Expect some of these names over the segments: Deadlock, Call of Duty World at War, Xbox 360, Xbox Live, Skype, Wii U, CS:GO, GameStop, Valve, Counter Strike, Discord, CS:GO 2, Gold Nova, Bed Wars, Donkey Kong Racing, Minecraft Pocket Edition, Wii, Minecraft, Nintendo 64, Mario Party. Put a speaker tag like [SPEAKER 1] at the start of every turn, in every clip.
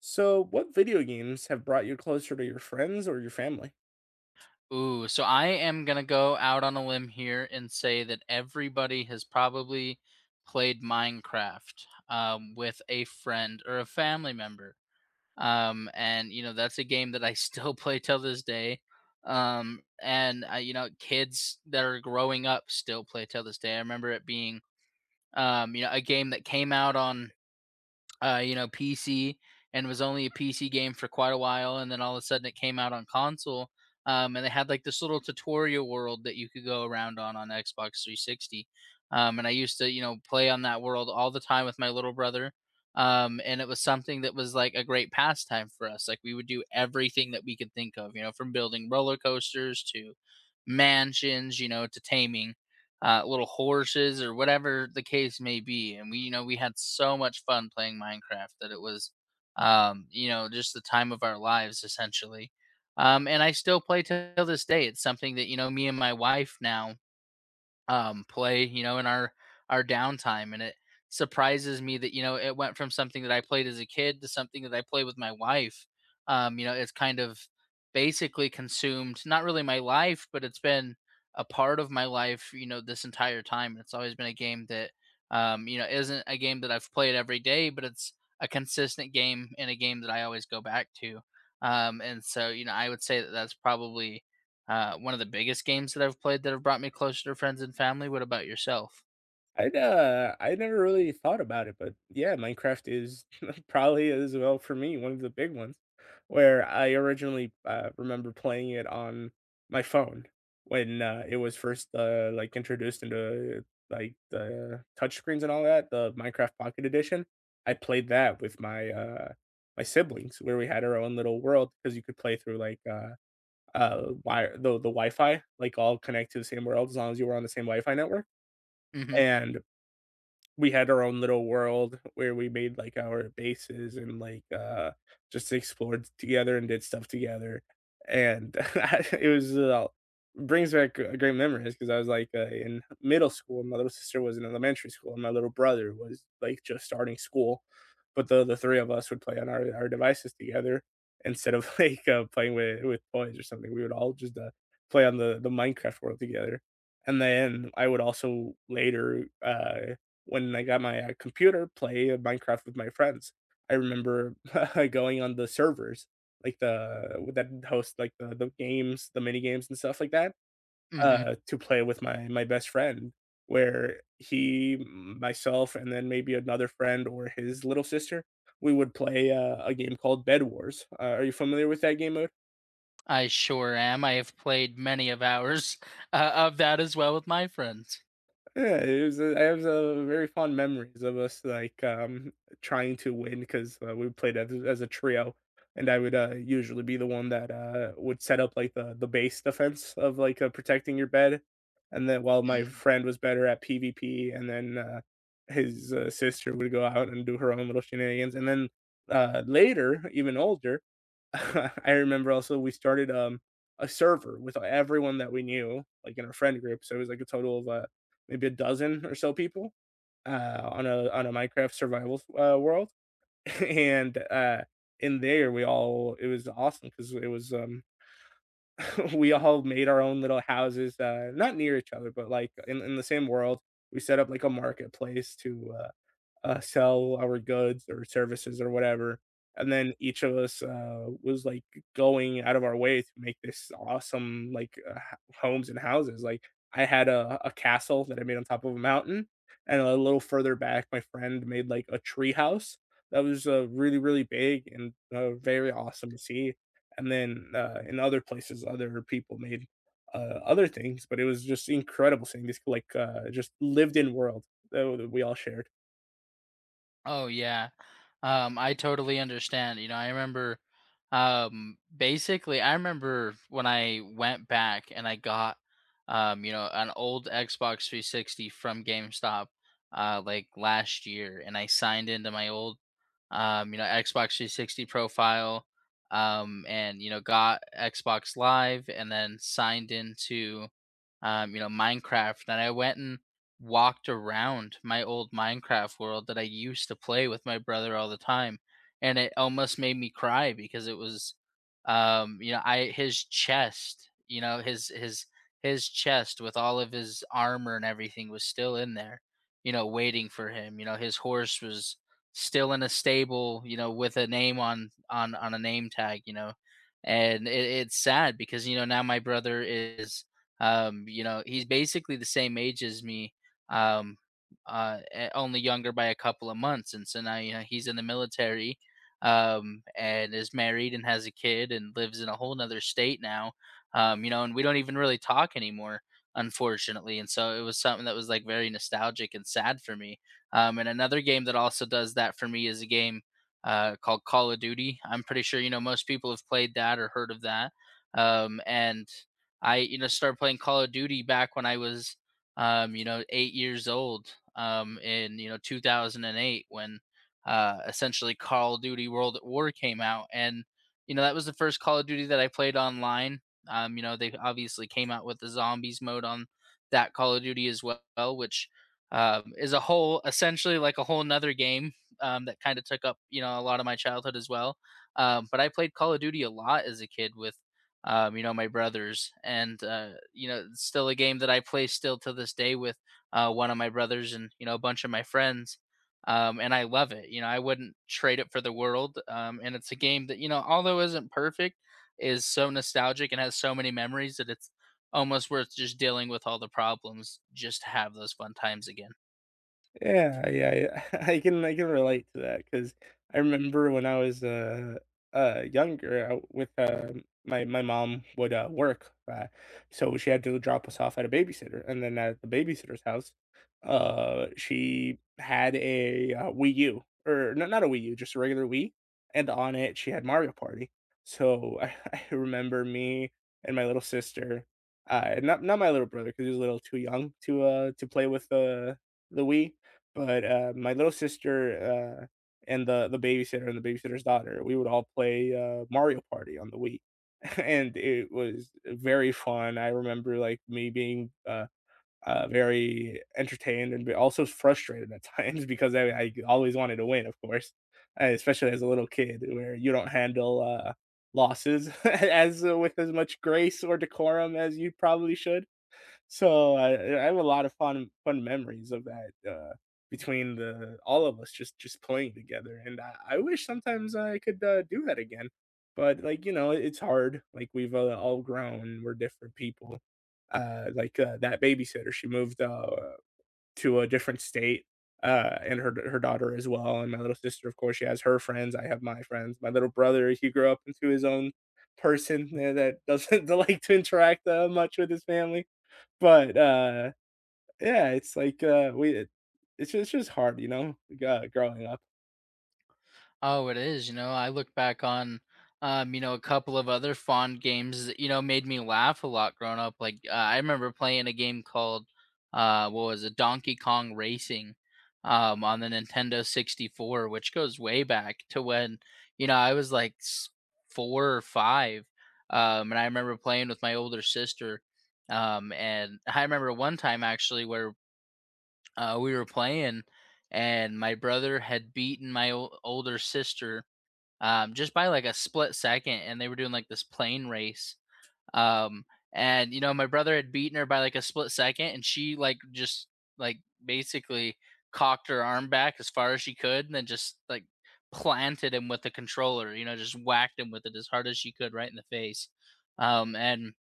[SPEAKER 1] So, what video games have brought you closer to your friends or your family?
[SPEAKER 2] So I am gonna go out on a limb here and say that everybody has probably played Minecraft with a friend or a family member. And you know that's a game that I still play till this day. And I kids that are growing up still play till this day. I remember it being a game that came out on PC and was only a PC game for quite a while, and then all of a sudden it came out on console. And they had like this little tutorial world that you could go around on Xbox 360. And I used to, you know, play on that world all the time with my little brother. And it was something that was like a great pastime for us. Like we would do everything that we could think of, you know, from building roller coasters to mansions, you know, to taming little horses or whatever the case may be. And we, you know, we had so much fun playing Minecraft that it was just the time of our lives essentially. And I still play till this day. It's something that you know me and my wife now play, you know, in our downtime. And it surprises me that you know it went from something that I played as a kid to something that I play with my wife. You know, it's kind of basically consumed not really my life, but it's been a part of my life, you know, this entire time. And it's always been a game that you know isn't a game that I've played every day, but it's a consistent game and a game that I always go back to. And so, you know, I would say that that's probably one of the biggest games that I've played that have brought me closer to friends and family. What about yourself?
[SPEAKER 1] I never really thought about it, but yeah, Minecraft is probably as well for me one of the big ones, where I originally remember playing it on my phone when it was first like introduced into like the touchscreens and all that, the Minecraft Pocket Edition. I played that with my my siblings, where we had our own little world because you could play through like wire the Wi-Fi, like, all connect to the same world as long as you were on the same Wi-Fi network,
[SPEAKER 2] Mm-hmm.
[SPEAKER 1] and we had our own little world where we made like our bases and just explored together and did stuff together and it was brings back great memories because I was like in middle school, my little sister was in elementary school, and my little brother was like just starting school, but the three of us would play on our devices together instead of playing with toys or something. We would all just play on the Minecraft world together. And then I would also later when I got my, computer, play Minecraft with my friends. I remember going on the servers, like the that host, like, the games, the mini games and stuff like that,
[SPEAKER 2] Mm-hmm.
[SPEAKER 1] to play with my best friend, where he, myself, and then maybe another friend or his little sister, we would play, a game called Bed Wars. Are you familiar with that game mode?
[SPEAKER 2] I sure am. I have played many of hours of that as well with my friends.
[SPEAKER 1] Yeah, it was a I have a very fond memories of us, like, trying to win 'cause, we played as a trio, and I would, usually be the one that, would set up, like, the base defense of, like, protecting your bed, and then while my
[SPEAKER 2] Mm.
[SPEAKER 1] friend was better at PvP, and then his sister would go out and do her own little shenanigans, and later, even older, I remember also we started a server with everyone that we knew, like in our friend group. So it was like a total of maybe a dozen or so people on a Minecraft survival world, and in there we all it was awesome because it was we all made our own little houses, not near each other, but like in the same world. We set up like a marketplace to sell our goods or services or whatever. And then each of us was like going out of our way to make this awesome like homes and houses. Like I had a castle that I made on top of a mountain, and a little further back, my friend made like a tree house that was really really big and very awesome to see. And then in other places, other people made other things, but it was just incredible seeing this like just lived in world that we all shared.
[SPEAKER 2] Oh yeah. I totally understand. You know, I remember basically I remember when I went back and I got you know, an old Xbox 360 from GameStop like last year and I signed into my old you know, Xbox 360 profile, and you know, got Xbox Live, and then signed into, you know, Minecraft. And I went and walked around my old Minecraft world that I used to play with my brother all the time, and it almost made me cry because it was, I his chest, you know, his his chest with all of his armor and everything was still in there you know waiting for him you know his horse was still in a stable, you know, with a name on a name tag, you know, and it's sad because you know now my brother is, you know, he's basically the same age as me, um, only younger by a couple of months, and so now you know he's in the military, and is married and has a kid and lives in a whole nother state now, you know, and we don't even really talk anymore, unfortunately, and so it was something that was like very nostalgic and sad for me. And another game that also does that for me is a game called Call of Duty. I'm pretty sure you know most people have played that or heard of that. And I you know started playing Call of Duty back when I was you know 8 years old in you know 2008 when essentially Call of Duty World at War came out, and you know that was the first Call of Duty that I played online. You know they obviously came out with the zombies mode on that Call of Duty as well, which is a whole essentially like a whole nother game that kind of took up you know a lot of my childhood as well. But I played call of duty a lot as a kid with you know my brothers and you know it's still a game that I play still to this day with one of my brothers and you know a bunch of my friends. And I love it you know I wouldn't trade it for the world. And it's a game that you know although isn't perfect is so nostalgic and has so many memories that it's almost worth just dealing with all the problems just to have those fun times again.
[SPEAKER 1] Yeah, yeah, I I can relate to that because I remember when I was, younger, I with, my mom would, work, so she had to drop us off at a babysitter, and then at the babysitter's house, she had a, Wii U, or not a Wii U, just a regular Wii, and on it, she had Mario Party. So I remember me and my little sister, not my little brother because he was a little too young to play with the Wii, but, my little sister, and the babysitter and the babysitter's daughter, we would all play, Mario Party on the Wii, and it was very fun. I remember, like, me being, very entertained and b also frustrated at times because I always wanted to win, of course, especially as a little kid where you don't handle, losses as with as much grace or decorum as you probably should. So I have a lot of fun memories of that, between the all of us just playing together, and I wish sometimes I could, do that again, but, like, you know, it's hard, like, we've, all grown, we're different people. That babysitter, she moved, to a different state, and her daughter as well, and my little sister, of course, she has her friends, I have my friends. My little brother, he grew up into his own person, that doesn't like to interact, much with his family. But, uh, yeah, it's like, we it's just its just hard, you know, growing up.
[SPEAKER 2] Oh, it is. You know, I look back on, you know, a couple of other fond games that, you know, made me laugh a lot growing up. Like, I remember playing a game called, what was it, Donkey Kong Racing, on the Nintendo 64, which goes way back to when, you know, I was like s- four or five. And I remember playing with my older sister. And I remember one time actually where we were playing and my brother had beaten my ol older sister, just by like a split second, and they were doing like this plane race. Um, and you know, my brother had beaten her by like a split second, and she just like basically cocked her arm back as far as she could, and then just like planted him with the controller. You know, just whacked him with it as hard as she could, right in the face. And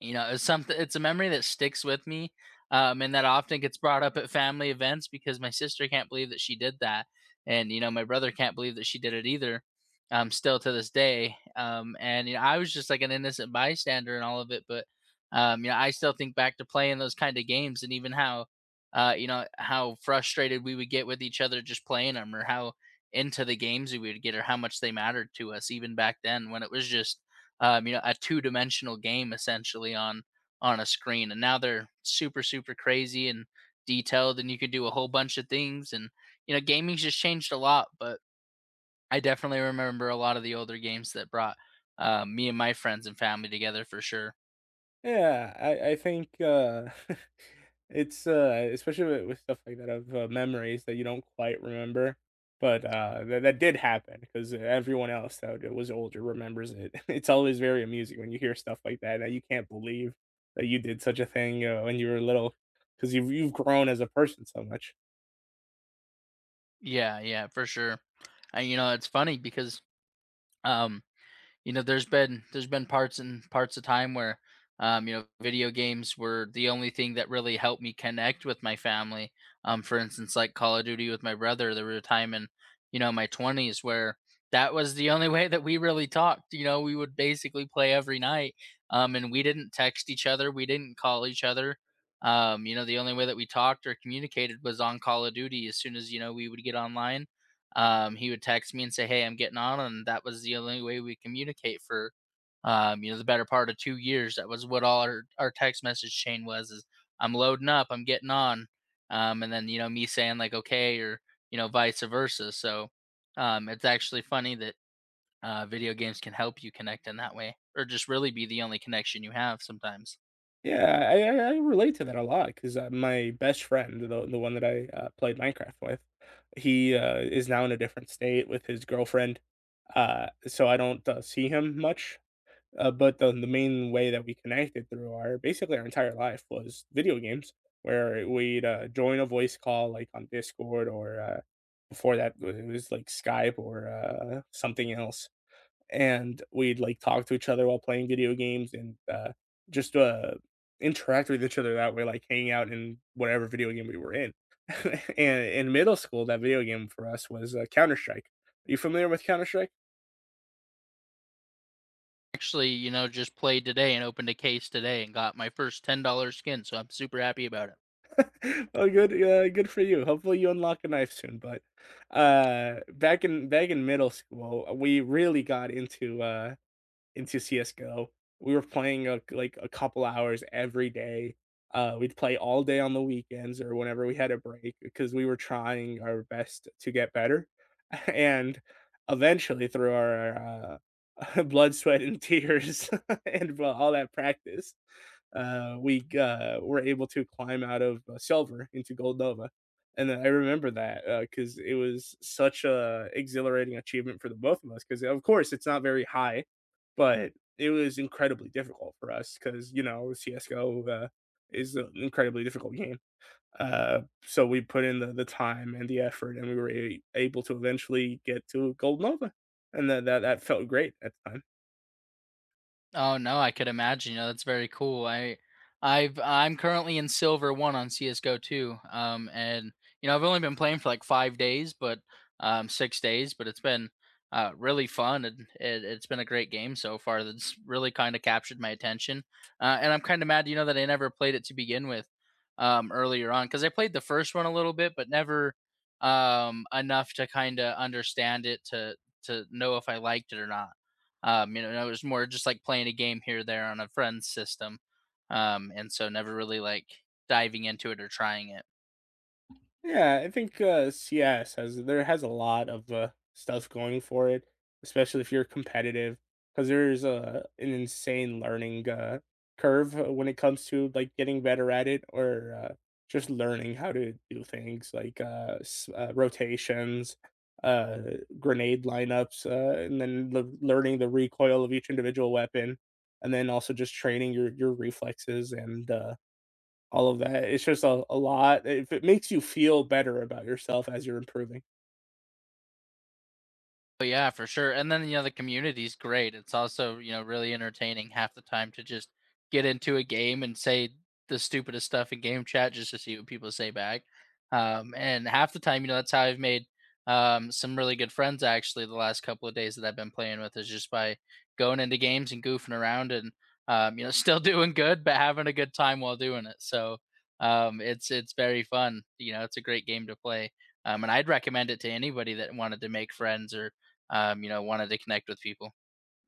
[SPEAKER 2] you know, it's a memory that sticks with me. And that often gets brought up at family events because my sister can't believe that she did that. And, you know, my brother can't believe that she did it either. Still to this day. And you know, I was just like an innocent bystander in all of it, but you know, I still think back to playing those kind of games and even how you know, how frustrated we would get with each other just playing them or how into the games we would get or how much they mattered to us even back then when it was just you know, a two-dimensional game essentially on a screen. And now they're super, super crazy and detailed, and you could do a whole bunch of things. And you know, gaming's just changed a lot. But I definitely remember a lot of the older games that brought me and my friends and family together for sure.
[SPEAKER 1] Yeah, I think, it's, especially with stuff like that of, memories that you don't quite remember, but, that did happen because everyone else that was older remembers it. It's always very amusing when you hear stuff like that, that you can't believe that you did such a thing, when you were little, because you've grown as a person so much.
[SPEAKER 2] Yeah, yeah, for sure. And you know, it's funny because um you know there's been parts and parts of time where you know video games were the only thing that really helped me connect with my family. For instance like call of duty with my brother there was a time in you know my 20s where that was the only way that we really talked you know we would basically play every night. And we didn't text each other we didn't call each other. You know the only way that we talked or communicated was on call of duty as soon as you know we would get online. He would text me and say, "Hey, I'm getting on," and that was the only way we communicate for, you know, the better part of 2 years. That was what all our text message chain was: is I'm loading up, I'm getting on, and then you know me saying like okay or you know vice versa. So it's actually funny that video games can help you connect in that way, or just really be the only connection you have sometimes.
[SPEAKER 1] Yeah, I relate to that a lot 'cause, my best friend, the one that I, played Minecraft with, he is now in a different state with his girlfriend, so I don't, see him much, but the main way that we connected through our basically our entire life was video games, where we'd, join a voice call, like, on Discord or before that, it was like Skype or something else, and we'd like talk to each other while playing video games and just interact with each other that way, like hanging out in whatever video game we were in. And in middle school, that video game for us was Counter Strike. Are you familiar with Counter Strike?
[SPEAKER 2] Actually, you know, just played today and opened a case today and got my first $10 skin, so I'm super happy about it.
[SPEAKER 1] Oh, good, good for you. Hopefully, you unlock a knife soon. But back in middle school, we really got into CS:GO. We were playing, like, a couple hours every day. We'd play all day on the weekends or whenever we had a break because we were trying our best to get better, and eventually through our blood, sweat, and tears and, well, all that practice, were able to climb out of, silver into gold nova, and I remember that, because it was such a exhilarating achievement for the both of us. Because of course, it's not very high but it was incredibly difficult for us because, you know, CSGO is an incredibly difficult game. So we put in the time and the effort, and we were able to eventually get to Gold Nova. And that felt great at the time.
[SPEAKER 2] Oh, no, I could imagine, you know, that's very cool. I'm currently in Silver 1 on CS:GO 2, and, you know, I've only been playing for, like, 5 days, but, 6 days, but it's been, really fun, and it it's been a great game so far that's really kinda captured my attention, and I'm kinda mad, you know, that I never played it to begin with, earlier on, because I played the first one a little bit, but never, enough to kinda understand it to know if I liked it or not. You know, it was more just like playing a game here or there on a friend's system. And so never really like diving into it or trying it.
[SPEAKER 1] Yeah, I think, CS has there has a lot of, stuff going for it, especially if you're competitive, because there's a an insane learning, curve when it comes to, like, getting better at it or, just learning how to do things like, s rotations, uh, grenade lineups, and then le learning the recoil of each individual weapon, and then also just training your reflexes and all of that. It's just a lot. If it makes you feel better about yourself as you're improving.
[SPEAKER 2] But yeah, for sure. And then you know the community's great. It's also you know really entertaining half the time to just get into a game and say the stupidest stuff in game chat just to see what people say back. And half the time, you know, that's how I've made some really good friends actually the last couple of days that I've been playing with is just by going into games and goofing around and you know still doing good but having a good time while doing it. So it's very fun. You know, it's a great game to play. And I'd recommend it to anybody that wanted to make friends or you know, wanted to connect with people.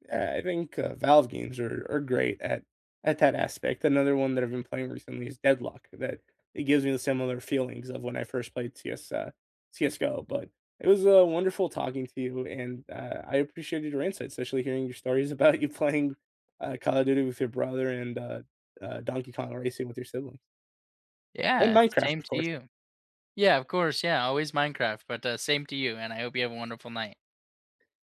[SPEAKER 1] Yeah, I think, Valve games are great at that aspect. Another one that I've been playing recently is Deadlock, that it gives me the similar feelings of when I first played CS uh, CS:GO, but it was, wonderful talking to you, and, I appreciated your insights, especially hearing your stories about you playing, Call of Duty with your brother and Donkey Kong Racing with your siblings, and
[SPEAKER 2] Yeah,
[SPEAKER 1] Minecraft,
[SPEAKER 2] same
[SPEAKER 1] of
[SPEAKER 2] to
[SPEAKER 1] course.
[SPEAKER 2] you. Yeah, of course. Yeah, always Minecraft, but same to you. And I hope you have a wonderful night.